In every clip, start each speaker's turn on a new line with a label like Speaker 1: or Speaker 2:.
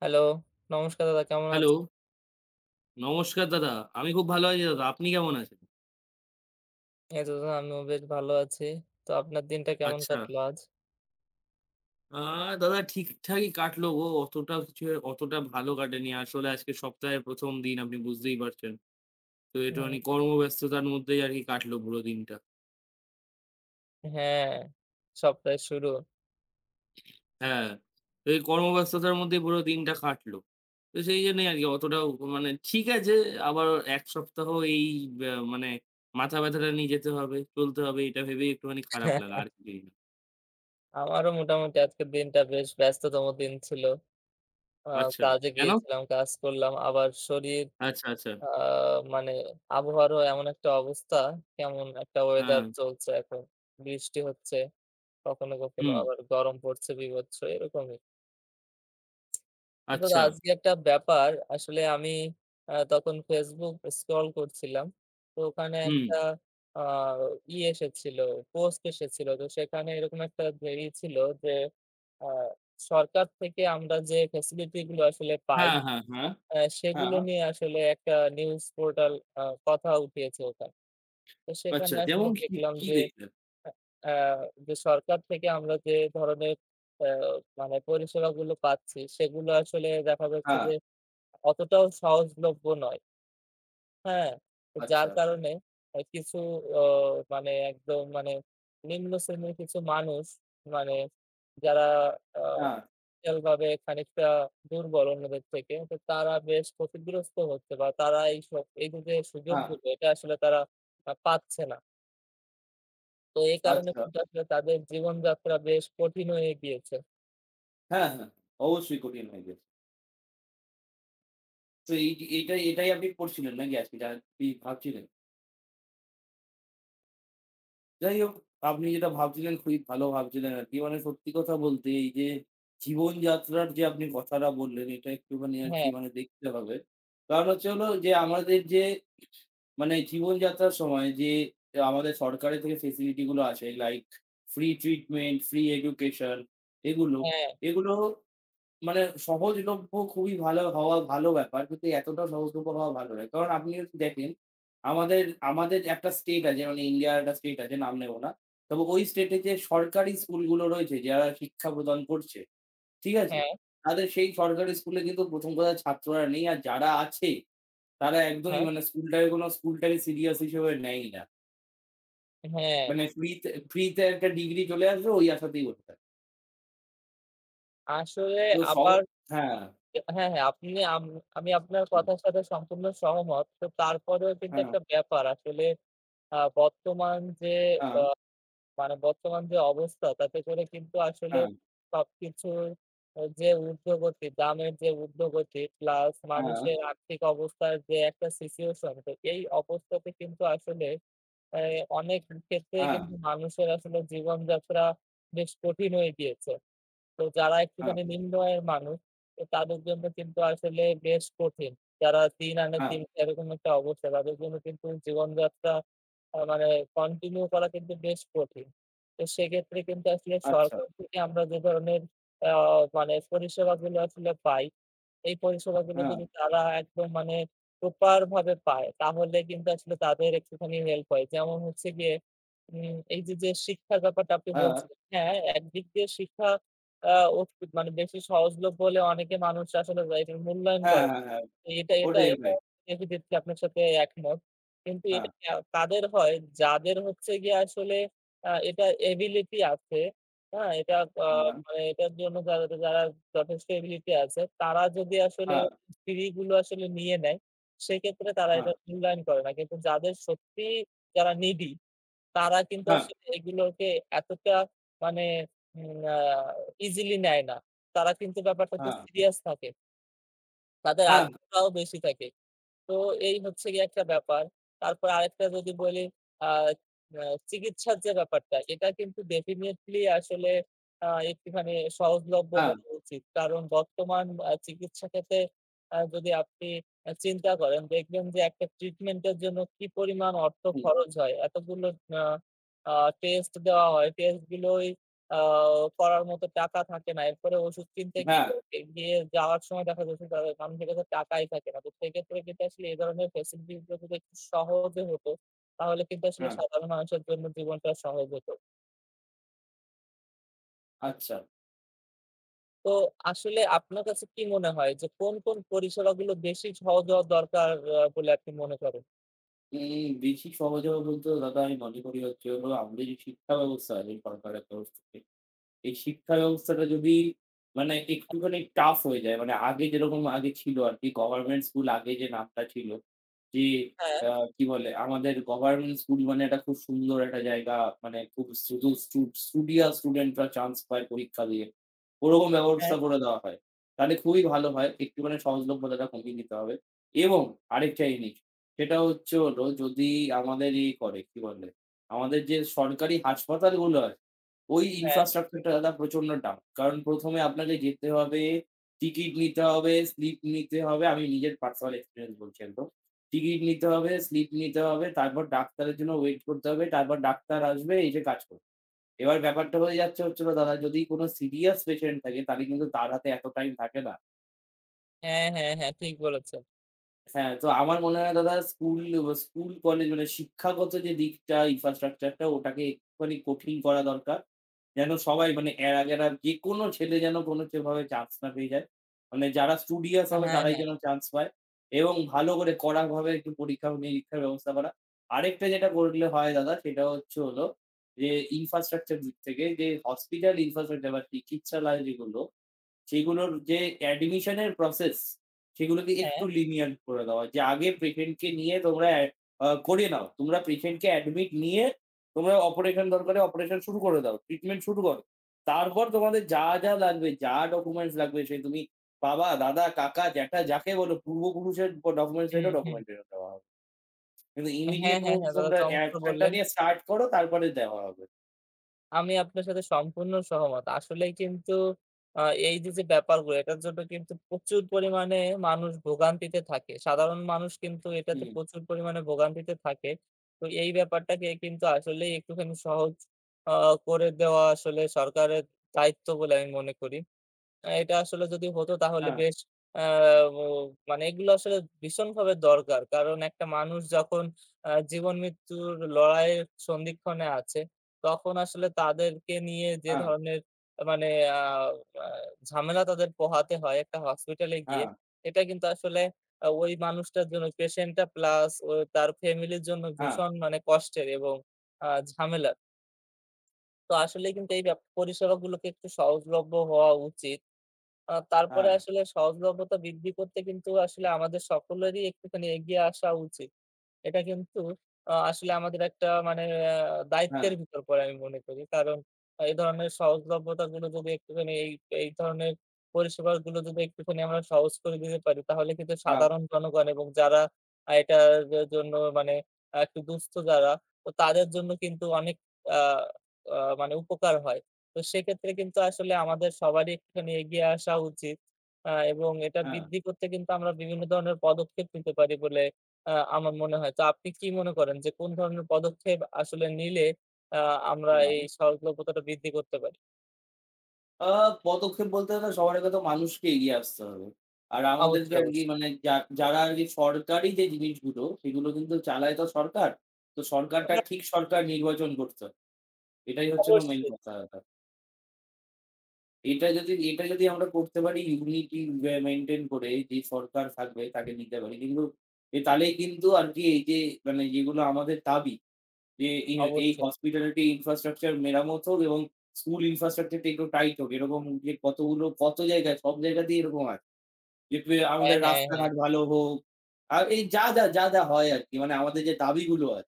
Speaker 1: Hello, নমস্কার দাদা, কেমন
Speaker 2: হ্যালো,
Speaker 1: আছেন?
Speaker 2: নমস্কার দাদা। আমি খুব ভালো আছি দাদা। আপনি কেমন আছেন?
Speaker 1: এই তো দাদা, আমিও বেশ ভালো আছি। তো আপনার দিনটা কেমন
Speaker 2: আচ্ছা।
Speaker 1: কাটলো আজ?
Speaker 2: আ দাদা ঠিকঠাকই কাটলো গো। অতটা ভালো কাটেনি। আসলে আজকে সপ্তাহের ১ম দিন আপনি বুঝতেই পারছেন। তো
Speaker 1: হুম,
Speaker 2: একটুখানি কর্মব্যস্ততার মধ্যেই আরকি কাটলো পুরো দিনটা।
Speaker 1: হ্যাঁ, সপ্তাহের শুরু।
Speaker 2: হ্যাঁ, তো এই কর্মব্যস্ততার মধ্যে পুরো দিনটা কাটলো। তো সেই জন্যই আরকি অতটাও মানে ঠিক আছে, আবার ১ সপ্তাহ এই মানে মাথা ব্যাথাটা নিয়ে যেতে হবে, চলতে হবে এটা ভেবেই একটুখানি খারাপ লাগা আর কিছুই না।
Speaker 1: আমারও মোটামুটি আজকের দিনটা বেশ ব্যস্ততম দিন ছিল। আ
Speaker 2: আচ্ছা,
Speaker 1: কাজে
Speaker 2: কেন?
Speaker 1: গিয়েছিলাম, কাজ করলাম। আবার শরীর
Speaker 2: আচ্ছা, আচ্ছা।
Speaker 1: আ মানে আবহাওয়ারও এমন একটা অবস্থা, কেমন একটা
Speaker 2: হ্যাঁ।
Speaker 1: ওয়েদার চলছে এখন। বৃষ্টি হচ্ছে, কখনো, কখনো
Speaker 2: হুম,
Speaker 1: আবার গরম পড়ছে বীভৎস এরকমই। তো দাদা,
Speaker 2: আচ্ছা।
Speaker 1: আজকে একটা ব্যাপার আসলে আমি তখন Facebook স্ক্রল করছিলাম। তো ওখানে
Speaker 2: হুম।
Speaker 1: একটা আ ই এসেছিল, পোস্ট এসেছিল। তো সেখানে এরকম একটা ছিল যে আ সরকার থেকে আমরা যে ফেসিলিটি গুলো আসলে পাই,
Speaker 2: হ্যাঁ, হ্যাঁ, হ্যাঁ,
Speaker 1: সেগুলো
Speaker 2: হ্যাঁ।
Speaker 1: নিয়ে আসলে একটা নিউজ পোর্টাল আ কথা উঠিয়েছে ওখানে। তো সেখানে
Speaker 2: আচ্ছা
Speaker 1: আসলে
Speaker 2: যেমন কি,
Speaker 1: দেখলাম
Speaker 2: কি
Speaker 1: যে
Speaker 2: দেখলেন?
Speaker 1: আ আ যে সরকার থেকে আমরা যে ধরনের আ মানে পরিষেবাগুলো পাচ্ছি সেগুলো আসলে দেখা যাচ্ছে
Speaker 2: হ্যাঁ,
Speaker 1: যে অতটাও সহজলভ্য নয়। হ্যাঁ? তো যার
Speaker 2: আচ্ছা।
Speaker 1: কারণে কিছু অ মানে একদম মানে নিম্ন শ্রেণীর কিছু মানুষ, মানে যারা আ
Speaker 2: হ্যাঁ,
Speaker 1: ভাবে খানিকটা দুর্বল অন্যদের থেকে, তো তারা বেশ ক্ষতিগ্রস্ত হচ্ছে বা তারা এইসব এই যে
Speaker 2: হ্যাঁ,
Speaker 1: সুযোগগুলো এটা আসলে তারা পাচ্ছে না। তো এই কারণে
Speaker 2: আচ্ছা।
Speaker 1: কিন্তু আসলে তাদের জীবনযাত্রা বেশ কঠিন হয়ে গিয়েছে।
Speaker 2: হ্যাঁ, হ্যাঁ। অবশ্যই কঠিন হয়ে গেছে। তো এই এইটাই এটাই আপনি পড়ছিলেন নাকি আজকে যা আপনি ভাবছিলেন? যাই হোক, আপনি যেটা ভাবছিলেন খুবই ভালো ভাবছিলেন আরকি। মানে সত্যি কথা বলতে এই যে জীবনযাত্রার যে আপনি কথাটা বললেন এটা একটুখানি আরকি
Speaker 1: হ্যাঁ,
Speaker 2: মানে দেখতে হবে। কারণ হচ্ছে হলো যে আমাদের যে মানে জীবনযাত্রার সময় যে আমাদের সরকারের থেকে ফেসিলিটি গুলো আসে like free treatment, free education এগুলো,
Speaker 1: হ্যাঁ,
Speaker 2: এগুলো মানে সহজলভ্য খুবই ভালো হওয়া ভালো ব্যাপার। কিন্তু এতটা সহজলভ্য হওয়া ভালো নয়। কারণ আপনি যদি দেখেন, আমাদের আমাদের একটা স্টেট আছে মানে ইন্ডিয়ার একটা স্টেট আছে নাম নেব না। তবে ওই স্টেটে যে সরকারি স্কুলগুলো রয়েছে যারা শিক্ষা প্রদান করছে, ঠিক আছে?
Speaker 1: হ্যাঁ,
Speaker 2: তাদের সেই সরকারি স্কুলে কিন্তু ১ম কথা ছাত্ররা নেই। আর যারা আছে তারা একদমই
Speaker 1: হ্যাঁ,
Speaker 2: মানে স্কুলটাকে সিরিয়াস হিসেবে নেয়ই না।
Speaker 1: হ্যাঁ।
Speaker 2: মানে ফ্রিতে ফ্রিতে একটা ডিগ্রি চলে আসবে ওই আশাতেই বসে থাকে।
Speaker 1: আসলে
Speaker 2: তো সহ
Speaker 1: আবার
Speaker 2: হ্যাঁ,
Speaker 1: হ্যাঁ, হ্যাঁ, আপনি, আম আমি আপনার কথার সাথে সম্পূর্ণ সহমত। তো তারপরেও কিন্তু
Speaker 2: হ্যাঁ,
Speaker 1: একটা ব্যাপার আসলে বর্তমান যে আ
Speaker 2: হ্যাঁ,
Speaker 1: মানে বর্তমান যে অবস্থা তাতে করে কিন্তু আসলে
Speaker 2: হ্যাঁ,
Speaker 1: সবকিছুর যে ঊর্ধ্বগতি, দামের যে ঊর্ধ্বগতি প্লাস
Speaker 2: হ্যাঁ।
Speaker 1: মানুষের আর্থিক অবস্থার যে একটা সিচুয়েশন, তো এই অবস্থাতে কিন্তু আসলে অ্যা অনেক ক্ষেত্রেই
Speaker 2: হ্যাঁ,
Speaker 1: কিন্তু মানুষের আসলে জীবনযাত্রা বেশ কঠিন হয়ে গিয়েছে। তো যারা
Speaker 2: হ্যাঁ,
Speaker 1: একটুখানি নিম্ন আয়ের মানুষ, তো তাদের জন্য কিন্তু আসলে বেশ কঠিন। যারা দিন আনে
Speaker 2: হ্যাঁ,
Speaker 1: দিন খায় এরকম একটা অবস্থা, তাদের জন্য কিন্তু জীবনযাত্রা মানে কন্টিনিউ করা কিন্তু বেশ কঠিন। তো সেক্ষেত্রে কিন্তু আসলে
Speaker 2: আচ্ছা।
Speaker 1: সরকার থেকে আমরা যে ধরনের আ মানে পরিষেবাগুলো আসলে পাই, এই পরিষেবাগুলো
Speaker 2: হ্যাঁ,
Speaker 1: যদি তারা একদম মানে প্রপার ভাবে পায়, তাহলে কিন্তু আসলে তাদের একটুখানি হেল্প হয়। যেমন হচ্ছে গিয়ে এই যে, যে শিক্ষার ব্যাপারটা আপনি
Speaker 2: হ্যাঁ,
Speaker 1: বলছিলেন, হ্যাঁ, একদিক দিয়ে শিক্ষা আ অত মানে বেশি সহজলভ্য হলে অনেকে মানুষ আসলে এটার মূল্যায়ন
Speaker 2: হ্যাঁ,
Speaker 1: করে।
Speaker 2: হ্যাঁ, হ্যাঁ।
Speaker 1: এটা এটা
Speaker 2: ওটাই,
Speaker 1: এটা
Speaker 2: ওটাই।
Speaker 1: ডেফিনিটলি আপনার সাথে একমত। কিন্তু
Speaker 2: হ্যাঁ,
Speaker 1: এটা তাদের হয় যাদের হচ্ছে গিয়ে আসলে এটা এবিলিটি আছে। হ্যাঁ? এটা আ
Speaker 2: হ্যাঁ,
Speaker 1: মানে এটার জন্য যারা যারা যথেষ্ট এবিলিটি আছে, তারা যদি আসলে
Speaker 2: হ্যাঁ,
Speaker 1: থিওরি গুলো আসলে নিয়ে নেয়, সেক্ষেত্রে তারা
Speaker 2: হ্যাঁ,
Speaker 1: এটা মূল্যায়ন করে না। কিন্তু যাদের সত্যিই যারা নিডি, তারা কিন্তু
Speaker 2: হ্যাঁ,
Speaker 1: আসলে এগুলোকে এতটা মানে উম আ ইজিলি নেয় না। তারা কিন্তু ব্যাপারটাতে
Speaker 2: হ্যাঁ,
Speaker 1: সিরিয়াস থাকে। তাদের
Speaker 2: হ্যাঁ,
Speaker 1: আগ্রহটাও বেশি থাকে। তো এই হচ্ছে গিয়ে একটা ব্যাপার। তারপর আরেকটা যদি বলি, আ আ চিকিৎসার যে ব্যাপারটা, এটা কিন্তু ডেফিনিটলি আসলে একটুখানি সহজলভ্য
Speaker 2: হ্যাঁ,
Speaker 1: হওয়া উচিত। কারণ বর্তমান চিকিৎসা ক্ষেত্রে যদি আপনি চিন্তা করেন, দেখবেন যে একটা ট্রিটমেন্টের জন্য কি পরিমাণ অর্থ
Speaker 2: হুম,
Speaker 1: খরচ হয়। এতগুলো আ আ টেস্ট দেওয়া হয়। টেস্ট গুলোই আ করার মতো টাকা থাকে না। এরপরে ওষুধ কিনতে
Speaker 2: হ্যাঁ,
Speaker 1: গিয়ে গিয়ে যাওয়ার সময় দেখা যাচ্ছে তা মানুষের কাছে টাকাই থাকে না। তো সেক্ষেত্রে কিন্তু আসলে এ ধরনের ফেসিলিটিস গুলো যদি একটু সহজে হতো, তাহলে কিন্তু আসলে
Speaker 2: হ্যাঁ,
Speaker 1: সাধারণ মানুষের জন্য জীবনটা সহজ হতো।
Speaker 2: আচ্ছা।
Speaker 1: তো আসলে আপনার কাছে কি মনে হয় যে কোন, কোন পরিষেবাগুলো বেশি সহজ হওয়া দরকার বলে আপনি মনে করেন?
Speaker 2: এই বেশি সহজ হবে বলতে দাদা আমি মনে করি হচ্ছে হলো আমাদের যে শিক্ষা ব্যবস্থা আছে সরকারের তরফ থেকে এই শিক্ষা ব্যবস্থাটা যদি মানে একটুখানি টাফ হয়ে যায়, মানে আগে যেরকম আগে ছিল আরকি গভর্নমেন্ট স্কুল আগে যে নামটা ছিল, যে
Speaker 1: হ্যাঁ,
Speaker 2: আ কি বলে আমাদের গভর্নমেন্ট স্কুল মানে একটা খুব সুন্দর একটা জায়গা, মানে খুব শুধু স্টুডিয়াস স্টুডেন্টরা চান্স পায় পরীক্ষা দিয়ে। ওরকম
Speaker 1: হ্যাঁ,
Speaker 2: ব্যবস্থা করে দেওয়া হয়। তাহলে খুবই ভালো হয়। একটুখানি সহজলভ্যতাটা কমিয়ে দিতে হবে এবং আরেকটা জিনিস, সেটা হচ্ছে হলো যদি আমাদের কি বলে? আমাদের যে সরকারি হাসপাতালগুলো আছে ওই
Speaker 1: হ্যাঁ।
Speaker 2: infrastructure টা দাদা প্রচন্ড ডাউন। কারণ ১ম এ আপনাকে যেতে হবে, টিকিট নিতে হবে, স্লিপ নিতে হবে। আমি নিজের পার্সোনাল এক্সপেরিয়েন্স বলছি একদম। টিকিট নিতে হবে, স্লিপ নিতে হবে, তারপর ডাক্তারের জন্য ওয়েট করতে হবে। তারপর ডাক্তার আসবে, এসে কাজ করবে। এবার ব্যাপারটা হয়ে যাচ্ছে হচ্ছিল দাদা যদি কোন সিরিয়াস পেশেন্ট থাকে তাহলে কিন্তু তার হাতে এত টাইম থাকে না।
Speaker 1: হ্যাঁ, হ্যাঁ, হ্যাঁ ঠিক বলেছেন।
Speaker 2: হ্যাঁ, তো আমার মনে হয় দাদা স্কুল, কলেজ মানে শিক্ষাগত যে দিকটা infrastructure টা ওটাকে একটুখানি কঠিন করা দরকার। যেন সবাই মানে এড়া-গেড়া যেকোনো ছেলে যেন কোনো সেভাবে চান্স না পেয়ে যায়। মানে যারা studious হবে
Speaker 1: হ্যাঁ,
Speaker 2: তারাই
Speaker 1: হ্যাঁ,
Speaker 2: যেন চান্স পায় এবং ভালো করে কড়াভাবে একটু পরীক্ষা-নিরীক্ষার ব্যবস্থা করা। আরেকটা যেটা করলে হয় দাদা সেটা হচ্ছে হলো যে infrastructure দিক থেকে যে hospital infrastructure বা চিকিৎসালয় যেগুলো সেগুলোর যে অ্যাডমিশনের প্রসেস সেগুলোকে
Speaker 1: হ্যাঁ।
Speaker 2: একটু lenient করে দেওয়া। যে আগে পেশেন্টকে নিয়ে তোমরা অ্যা আ করিয়ে নাও। তোমরা পেশেন্টকে অ্যাডমিট নিয়ে তোমরা অপারেশন দরকারে অপারেশন শুরু করে দাও। ট্রিটমেন্ট শুরু করো। তারপর তোমাদের যা, যা লাগবে, যা ডকুমেন্টস লাগবে সে তুমি বাবা, দাদা, কাকা, জ্যাঠা যাকে বলো পূর্বপুরুষের ডকুমেন্টস
Speaker 1: হুম,
Speaker 2: চাইলেও
Speaker 1: হুম।
Speaker 2: ডকুমেন্ট ফেরত দেওয়া হবে। কিন্তু
Speaker 1: হ্যাঁ,
Speaker 2: ইমিডিয়েট
Speaker 1: হ্যাঁ,
Speaker 2: মুভস
Speaker 1: হ্যাঁ দাদা,
Speaker 2: তোমরা
Speaker 1: চমৎকার
Speaker 2: অ্যাকশনটা
Speaker 1: বললেন।
Speaker 2: নিয়ে স্টার্ট করো তারপরে দেওয়া হবে।
Speaker 1: আমি আপনার সাথে সম্পূর্ণ সহমত। আসলেই কিন্তু আ এই যে, যে ব্যাপারগুলো এটার জন্য কিন্তু প্রচুর পরিমাণে মানুষ ভোগান্তিতে থাকে। সাধারণ মানুষ কিন্তু এটাতে
Speaker 2: হুম।
Speaker 1: প্রচুর পরিমাণে ভোগান্তিতে থাকে। তো এই ব্যাপারটাকে কিন্তু আসলেই একটুখানি সহজ আ করে দেওয়া আসলে সরকারের দায়িত্ব বলে আমি মনে করি। এটা আসলে যদি হতো তাহলে
Speaker 2: হ্যাঁ,
Speaker 1: বেশ আ ও মানে এগুলো আসলে ভীষণভাবে দরকার। কারণ একটা মানুষ যখন জীবন-মৃত্যুর লড়াইয়ের সন্ধিক্ষণে আছে, তখন আসলে তাদেরকে নিয়ে যে
Speaker 2: হ্যাঁ,
Speaker 1: ধরনের মানে আ আ ঝামেলা তাদের পোহাতে হয় একটা হসপিটালে গিয়ে,
Speaker 2: হ্যাঁ,
Speaker 1: এটা কিন্তু আসলে ওই মানুষটার জন্য, পেশেন্টটা প্লাস ও তার ফ্যামিলির জন্য
Speaker 2: হ্যাঁ,
Speaker 1: ভীষণ মানে কষ্টের এবং ঝামেলার। তো আসলেই কিন্তু এই ব্যাপ পরিষেবাগুলোকে একটু সহজলভ্য হওয়া উচিত। তারপরে
Speaker 2: হ্যাঁ,
Speaker 1: আসলে সহজলভ্যতা বৃদ্ধি করতে কিন্তু আসলে আমাদের সকলেরই একটুখানি এগিয়ে আসা উচিত। এটা কিন্তু আসলে আমাদের একটা মানে আ
Speaker 2: হ্যাঁ,
Speaker 1: দায়িত্বের ভিতর পড়ে আমি মনে করি। কারণ এই ধরনের সহজলভ্যতাগুলো যদি একটুখানি এই এই ধরনের পরিষেবাগুলো যদি একটুখানি আমরা সহজ করে দিতে পারি, তাহলে কিন্তু
Speaker 2: হ্যাঁ,
Speaker 1: সাধারণ জনগণ এবং যারা এটার জ জন্য মানে একটু দুস্থ যারা, তো তাদের জন্য কিন্তু অনেক আ আ মানে উপকার হয়। তো সেক্ষেত্রে কিন্তু আসলে আমাদের সবারই একটুখানি এগিয়ে আসা উচিত। এবং এটা
Speaker 2: হ্যাঁ,
Speaker 1: বৃদ্ধি
Speaker 2: হ্যাঁ।
Speaker 1: করতে কিন্তু আমরা বিভিন্ন ধরনের পদক্ষেপ নিতে পারি বলে আমার মনে হয়। তো আপনি কি মনে করেন যে কোন ধরনের পদক্ষেপ আসলে নিলে আ আমরা
Speaker 2: হ্যাঁ।
Speaker 1: এই সহজলভ্যতাটা বৃদ্ধি করতে পারি?
Speaker 2: আ পদক্ষেপ বলতে গেলে সবার আগে তো মানুষকে এগিয়ে আসতে হবে। আর আমাদেরকে
Speaker 1: অবশ্যই,
Speaker 2: আরকি
Speaker 1: অবশ্যই।
Speaker 2: মানে যা যারা আরকি সরকারি যে জিনিসগুলো সেগুলো কিন্তু চালায় তো সরকার। তো সরকারটা
Speaker 1: না,
Speaker 2: ঠিক সরকার নির্বাচন করতে হবে। এটাই হচ্ছে না মেইন
Speaker 1: অবশ্যই,
Speaker 2: কথা ব্যাপার। এটা যদি আমরা করতে পারি ইউনিটি মেইনটেইন করে যে সরকার থাকবে তাকে নিতে পারি। কিন্তু তাহলেই কিন্তু আরকি এই যে মানে যেগুলো আমাদের দাবি যে এই এই
Speaker 1: অবশ্যই।
Speaker 2: হসপিটালিটি ইনফ্রাস্ট্রাকচার মেরামত হোক এবং স্কুল ইনফ্রাস্ট্রাকচার টা একটু টাইট হোক। এরকম যে কতগুলো কত জায়গায় সব জায়গাতেই এরকম হয়। যে
Speaker 1: হ্যাঁ,
Speaker 2: আমাদের
Speaker 1: হ্যাঁ, হ্যাঁ।
Speaker 2: রাস্তাঘাট ভালো হোক। আর এই যা হয় আরকি মানে আমাদের যে দাবিগুলো হয়,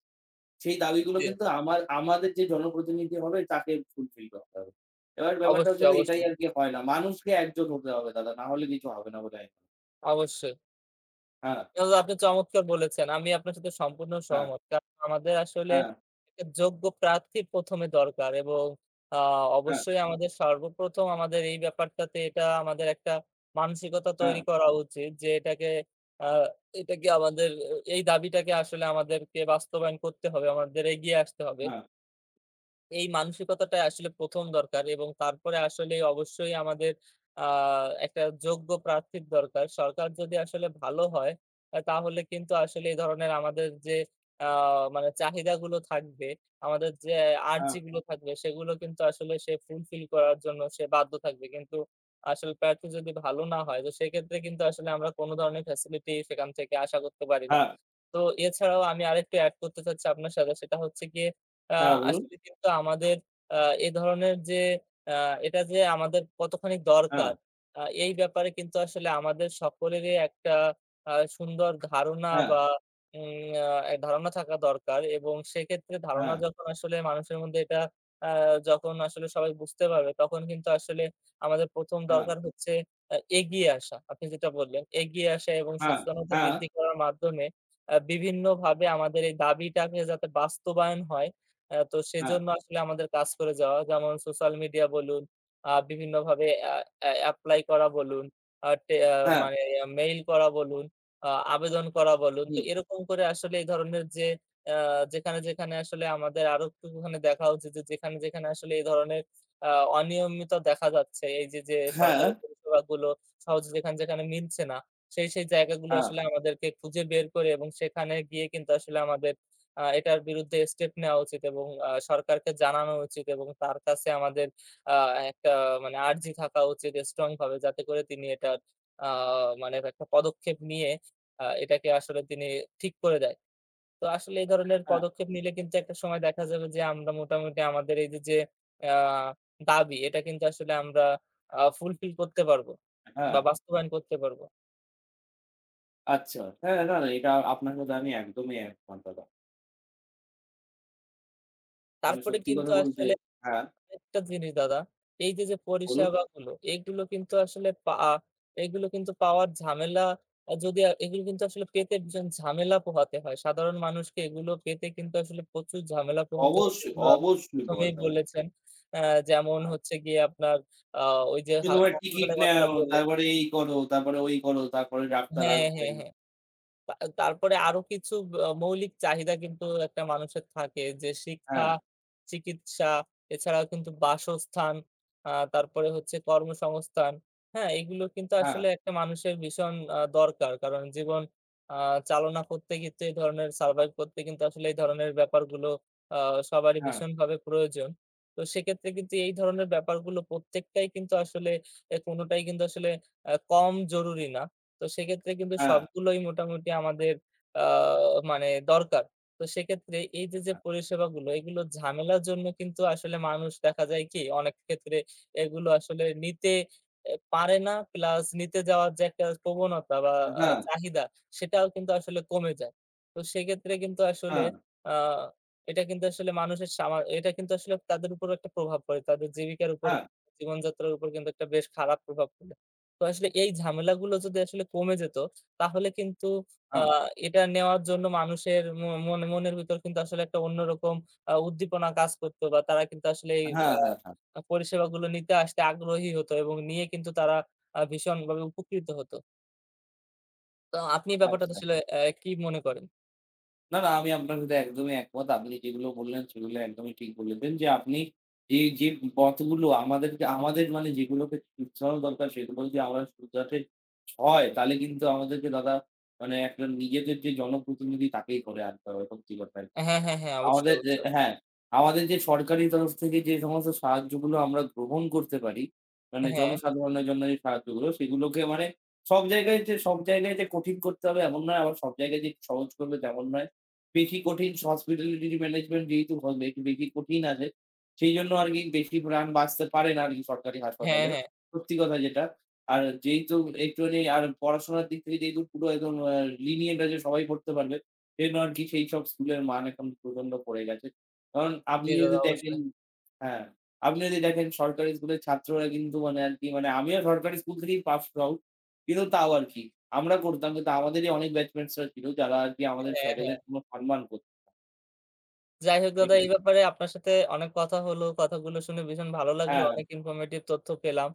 Speaker 2: সেই দাবিগুলো
Speaker 1: জি।
Speaker 2: কিন্তু আমার আমাদের যে জনপ্রতিনিধি হবে তাকে ফুলফিল করতে হবে। এবার ব্যাপারটা
Speaker 1: অবশ্যই,
Speaker 2: হচ্ছে যে এটাই
Speaker 1: অবশ্যই,
Speaker 2: আরকি হয় না। মানুষকে একজোট হতে হবে দাদা। না হলে কিছু হবে না বলে আমি মনে করি।
Speaker 1: অবশ্যই।
Speaker 2: হ্যাঁ,
Speaker 1: এগুলো আপনি চমৎকার বলেছেন। আমি আপনার সাথে সম্পূর্ণ
Speaker 2: হ্যাঁ,
Speaker 1: সহমত। কারণ আমাদের আসলে
Speaker 2: হ্যাঁ,
Speaker 1: একটা যোগ্য প্রার্থী প্রথম এ দরকার এবং আ
Speaker 2: হ্যাঁ,
Speaker 1: অবশ্যই আমাদের সর্বপ্রথম আমাদের এই ব্যাপারটাতে এটা আমাদের একটা মানসিকতা
Speaker 2: হ্যাঁ,
Speaker 1: তৈরি করা উচিত যে এটাকে আ এটাকে আমাদের, আহ, এই দাবিটাকে আসলে আমাদেরকে বাস্তবায়ন করতে হবে। আমাদের এগিয়ে আসতে হবে।
Speaker 2: হ্যাঁ,
Speaker 1: এই মানসিকতাটাই আসলে প্রথম দরকার এবং তারপরে আসলে অবশ্যই আমাদের আ একটা যোগ্য প্রার্থীর দরকার। সরকার যদি আসলে ভালো হয়, তাহলে কিন্তু আসলে এই ধরনের আমাদের যে আ মানে চাহিদাগুলো থাকবে, আমাদের যে
Speaker 2: হ্যাঁ,
Speaker 1: আর্জিগুলো থাকবে, সেগুলো কিন্তু আসলে সে ফুলফিল করার জন্য সে বাধ্য থাকবে। কিন্তু আসলে প্রার্থী যদি ভালো না হয়, তো সেক্ষেত্রে কিন্তু আসলে আমরা কোনো ধরনের ফ্যাসিলিটি সেখান থেকে আশা করতে পারি না।
Speaker 2: হ্যাঁ,
Speaker 1: তো এছাড়াও আমি আরেকটু এড করতে চাচ্ছি আপনার সাথে, সেটা হচ্ছে গিয়ে আ
Speaker 2: হ্যাঁ, বলুন।
Speaker 1: আসলে কিন্তু আমাদের আ এ ধরনের যে আ এটা যে আমাদের কতখানি
Speaker 2: হ্যাঁ,
Speaker 1: দরকার, এই ব্যাপারে কিন্তু আসলে আমাদের সকলেরই একটা সুন্দর ধারণা
Speaker 2: হ্যাঁ,
Speaker 1: বা উম আ ধারণা থাকা দরকার এবং সেক্ষেত্রে ধারণা
Speaker 2: হ্যাঁ,
Speaker 1: যখন আসলে মানুষের মধ্যে এটা আ যখন আসলে সবাই বুঝতে পারবে, তখন কিন্তু আসলে আমাদের প্রথম
Speaker 2: হ্যাঁ।
Speaker 1: দরকার হচ্ছে এগিয়ে আসা। আপনি যেটা বললেন, এগিয়ে আসা এবং
Speaker 2: হ্যাঁ,
Speaker 1: সচেতনতা
Speaker 2: হ্যাঁ,
Speaker 1: বৃদ্ধি করার মাধ্যমে বিভিন্নভাবে আমাদের এই দাবিটাকে যাতে বাস্তবায়ন হয় তো
Speaker 2: হ্যাঁ,
Speaker 1: সেজন্য আসলে আমাদের কাজ করে যাওয়া। যেমন সোশ্যাল মিডিয়া বলুন, বিভিন্নভাবে অ্যা অ্যা এপ্লাই করা বলুন, আ টে আ
Speaker 2: হ্যাঁ,
Speaker 1: মানে মেইল করা বলুন, আ আবেদন করা বলুন। তো
Speaker 2: হুম,
Speaker 1: এরকম করে আসলে এই ধরনের যে অ্যা যেখানে, যেখানে আসলে আমাদের আরো একটুখানি দেখা উচিত যে যেখানে, যেখানে আসলে এই ধরনের আ অনিয়মিত দেখা যাচ্ছে। এই যে
Speaker 2: হ্যাঁ,
Speaker 1: সরকারি পরিষেবাগুলো সহজে যেখানে, যেখানে মিলছে না, সেই জায়গাগুলো
Speaker 2: হ্যাঁ,
Speaker 1: আসলে আমাদেরকে খুঁজে বের করে এবং সেখানে গিয়ে কিন্তু আসলে আমাদের এটার বিরুদ্ধে স্টেপ নেওয়া উচিত এবং সরকারকে জানানো উচিত এবং তার কাছে আমাদের আ একটা মানে আর্জি থাকা উচিত স্ট্রং ভাবে, যাতে করে তিনি এটার আ মানে একটা পদক্ষেপ নিয়ে এটাকে আসলে তিনি ঠিক করে দেয়। তো আসলে এই ধরনের
Speaker 2: হ্যাঁ,
Speaker 1: পদক্ষেপ নিলে কিন্তু একটা সময় দেখা যাবে যে আমরা মোটামুটি আমাদের এই যে, যে আ দাবি এটা কিন্তু আসলে আমরা ফুলফিল করতে পারব বা
Speaker 2: হ্যাঁ,
Speaker 1: বাস্তবায়ন করতে পারব।
Speaker 2: আচ্ছা। হ্যাঁ, না, না এটা আপনার সাথে আমি একদমই একমত দাদা। মানে
Speaker 1: তারপরে
Speaker 2: সত্যি
Speaker 1: কিন্তু
Speaker 2: কথা বলতে
Speaker 1: আসলে
Speaker 2: হ্যাঁ,
Speaker 1: একটা জিনিস দাদা, এই যে, যে,
Speaker 2: বলুন।
Speaker 1: পরিষেবাগুলো এগুলো কিন্তু আসলে পা আ এগুলো কিন্তু পাওয়ার ঝামেলা যদি এগুলো কিন্তু আসলে পেতে ভীষণ ঝামেলা পোহাতে হয়। সাধারণ মানুষকে এগুলো পেতে কিন্তু আসলে প্রচুর ঝামেলা পোহাতে হয়।
Speaker 2: অবশ্যই,
Speaker 1: যেগুলো আপনি
Speaker 2: অবশ্যই
Speaker 1: প্রথম এই
Speaker 2: পোহাতে হবে।
Speaker 1: বলেছেন। অ্যা যেমন
Speaker 2: হ্যাঁ,
Speaker 1: হচ্ছে গিয়ে আপনার আ ওই যে,
Speaker 2: তুমি তোমার টিকিট
Speaker 1: হাসপাতালের কথাটা
Speaker 2: নেও,
Speaker 1: বললেন,
Speaker 2: তারপরে এই করো, তারপরে ওই করো, তারপরে ডাক্তার
Speaker 1: হ্যাঁ, হ্যাঁ,
Speaker 2: আসবেন।
Speaker 1: হ্যাঁ। তা তারপরে আরো কিছু মৌলিক চাহিদা কিন্তু একটা মানুষের থাকে যে শিক্ষা,
Speaker 2: হ্যাঁ,
Speaker 1: চিকিৎসা, এছাড়াও কিন্তু বাসস্থান, তারপরে হচ্ছে কর্মসংস্থান। হ্যাঁ? এগুলো কিন্তু
Speaker 2: হ্যাঁ,
Speaker 1: আসলে একটা মানুষের ভীষণ দরকার। কারণ জীবন আ চালনা করতে কিন্তু এই ধরনের, সারভাইভ করতে কিন্তু আসলে এই ধরনের ব্যাপারগুলো আ সবারই
Speaker 2: হ্যাঁ,
Speaker 1: ভীষণভাবে প্রয়োজন। তো সেক্ষেত্রে কিন্তু এই ধরনের ব্যাপারগুলো প্রত্যেকটাই কিন্তু আসলে কোনটাই কিন্তু আসলে কম জরুরি না। তো সেক্ষেত্রে কিন্তু
Speaker 2: হ্যাঁ,
Speaker 1: সবগুলোই মোটামুটি আমাদের আ মানে দরকার। তো সেক্ষেত্রে এই যে, যে
Speaker 2: হ্যাঁ, হ্যাঁ,
Speaker 1: পরিষেবাগুলো এগুলো ঝামেলার জন্য কিন্তু আসলে মানুষ দেখা যায় কি অনেক ক্ষেত্রে এগুলো আসলে নিতে পারে না। প্লাস নিতে যাওয়ার যে একটা প্রবণতা বা
Speaker 2: হ্যাঁ,
Speaker 1: চাহিদা সেটাও কিন্তু আসলে কমে যায়। তো সেক্ষেত্রে কিন্তু আসলে
Speaker 2: হ্যাঁ,
Speaker 1: আ এটা কিন্তু আসলে মানুষের সামা এটা কিন্তু আসলে তাদের উপর একটা প্রভাব পড়ে। তাদের জীবিকার উপর,
Speaker 2: হ্যাঁ,
Speaker 1: জীবনযাত্রার উপর কিন্তু একটা বেশ খারাপ প্রভাব পড়ে। তো আসলে এই ঝামেলাগুলো যদি আসলে কমে যেত, তাহলে কিন্তু আ
Speaker 2: হ্যাঁ,
Speaker 1: এটা নেওয়ার জন্য মানুষের মনে মনের ভিতর কিন্তু আসলে একটা অন্যরকম উদ্দীপনা কাজ করত বা তারা কিন্তু আসলে এই
Speaker 2: হ্যাঁ, হ্যাঁ,
Speaker 1: পরিষেবাগুলো নিতে আসতে আগ্রহী হতো এবং নিয়ে কিন্তু তারা ভীষণভাবে উপকৃত হতো। তো আপনি ব্যাপারটাতে
Speaker 2: আচ্ছা।
Speaker 1: আসলে কি মনে করেন?
Speaker 2: না, না, আমি আপনার সাথে একদমই একমত। আপনি যেগুলো বললেন সেগুলো একদমই ঠিক বলেছেন যে আপনি যে পথগুলো আমাদেরকে আমাদের মানে যেগুলোকে শুধরানো দরকার সেগুলো যদি আমরা শুধরাতে হয় তাহলে কিন্তু আমাদেরকে দাদা মানে একটা নিজেদের যে জনপ্রতিনিধি তাকেই করে আনতে হবে সত্যি কথাই।
Speaker 1: হ্যাঁ, হ্যাঁ, হ্যাঁ, অবশ্যই,
Speaker 2: আমাদের যে
Speaker 1: অবশ্যই, অবশ্যই।
Speaker 2: হ্যাঁ, আমাদের যে সরকারি তরফ থেকে যে সমস্ত সাহায্যগুলো আমরা গ্রহণ করতে পারি, মানে
Speaker 1: হ্যাঁ,
Speaker 2: জনসাধারণের জন্য এই সাহায্যগুলো, সেগুলোকে মানে সব জায়গায় যে কঠিন করতে হবে এমন নয়, আবার সব জায়গায় যে সহজ করবে তেমন নয়। বেশি কঠিন হসপিটালিটি ম্যানেজমেন্ট যেহেতু হবে, একটু বেশি কঠিন আছে, সেইজন্য আরকি বেশি প্রাণ বাঁচতে পারে না আরকি সরকারি
Speaker 1: হ্যাঁ,
Speaker 2: হাসপাতালে।
Speaker 1: হ্যাঁ।
Speaker 2: সত্যি কথা যেটা। আর যেহেতু একটুখানি আর পড়াশোনার দিক থেকে যেহেতু পুরো একদম লিনিয়েন্ট আছে সবাই পড়তে পারবে। এর জন্য আরকি সেইসব স্কুলের মান এখন প্রচন্ড পড়ে গেছে। কারণ
Speaker 1: জি,
Speaker 2: আপনি
Speaker 1: দাদা
Speaker 2: যদি দেখেন
Speaker 1: অবশ্যই।
Speaker 2: হ্যাঁ, আপনি যদি দেখেন সরকারি স্কুলের ছাত্ররা কিন্তু মানে আরকি মানে আমিও সরকারি স্কুল থেকেই পাসড আউট। কিন্তু তাও আরকি আমরা করতাম কিন্তু আমাদেরই অনেক ব্যাচমেটসরা ছিল যারা আরকি আমাদের
Speaker 1: হ্যাঁ, হ্যাঁ।
Speaker 2: স্যারেদের কোনো সম্মান করত।
Speaker 1: যাই হোক দাদা,
Speaker 2: এটাই।
Speaker 1: এই ব্যাপারে আপনার সাথে অনেক কথা হলো। কথাগুলো শুনে ভীষণ ভালো লাগলো।
Speaker 2: হ্যাঁ,
Speaker 1: অনেক ইনফরমেটিভ তথ্য পেলাম।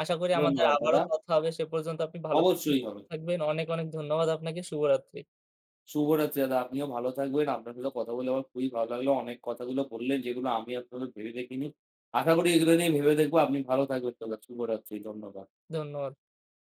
Speaker 1: আশা করি আমাদের
Speaker 2: ধন্যবাদ
Speaker 1: আবারও
Speaker 2: দাদা।
Speaker 1: কথা হবে। সে পর্যন্ত আপনি ভালো থাকবেন,
Speaker 2: অবশ্যই
Speaker 1: সুস্থ
Speaker 2: হবে।
Speaker 1: থাকবেন। অনেক, অনেক ধন্যবাদ আপনাকে। শুভরাত্রি।
Speaker 2: শুভরাত্রি দাদা। আপনিও ভালো থাকবেন। আপনার সাথে কথা বলে আমার খুবই ভালো লাগলো। অনেক কথাগুলো বললেন যেগুলো আমি আপনাদের ভেবে দেখিনি। আশা করি এগুলো নিয়ে ভেবে দেখব। আপনি ভালো থাকবেন দাদা। শুভরাত্রি। ধন্যবাদ।
Speaker 1: ধন্যবাদ।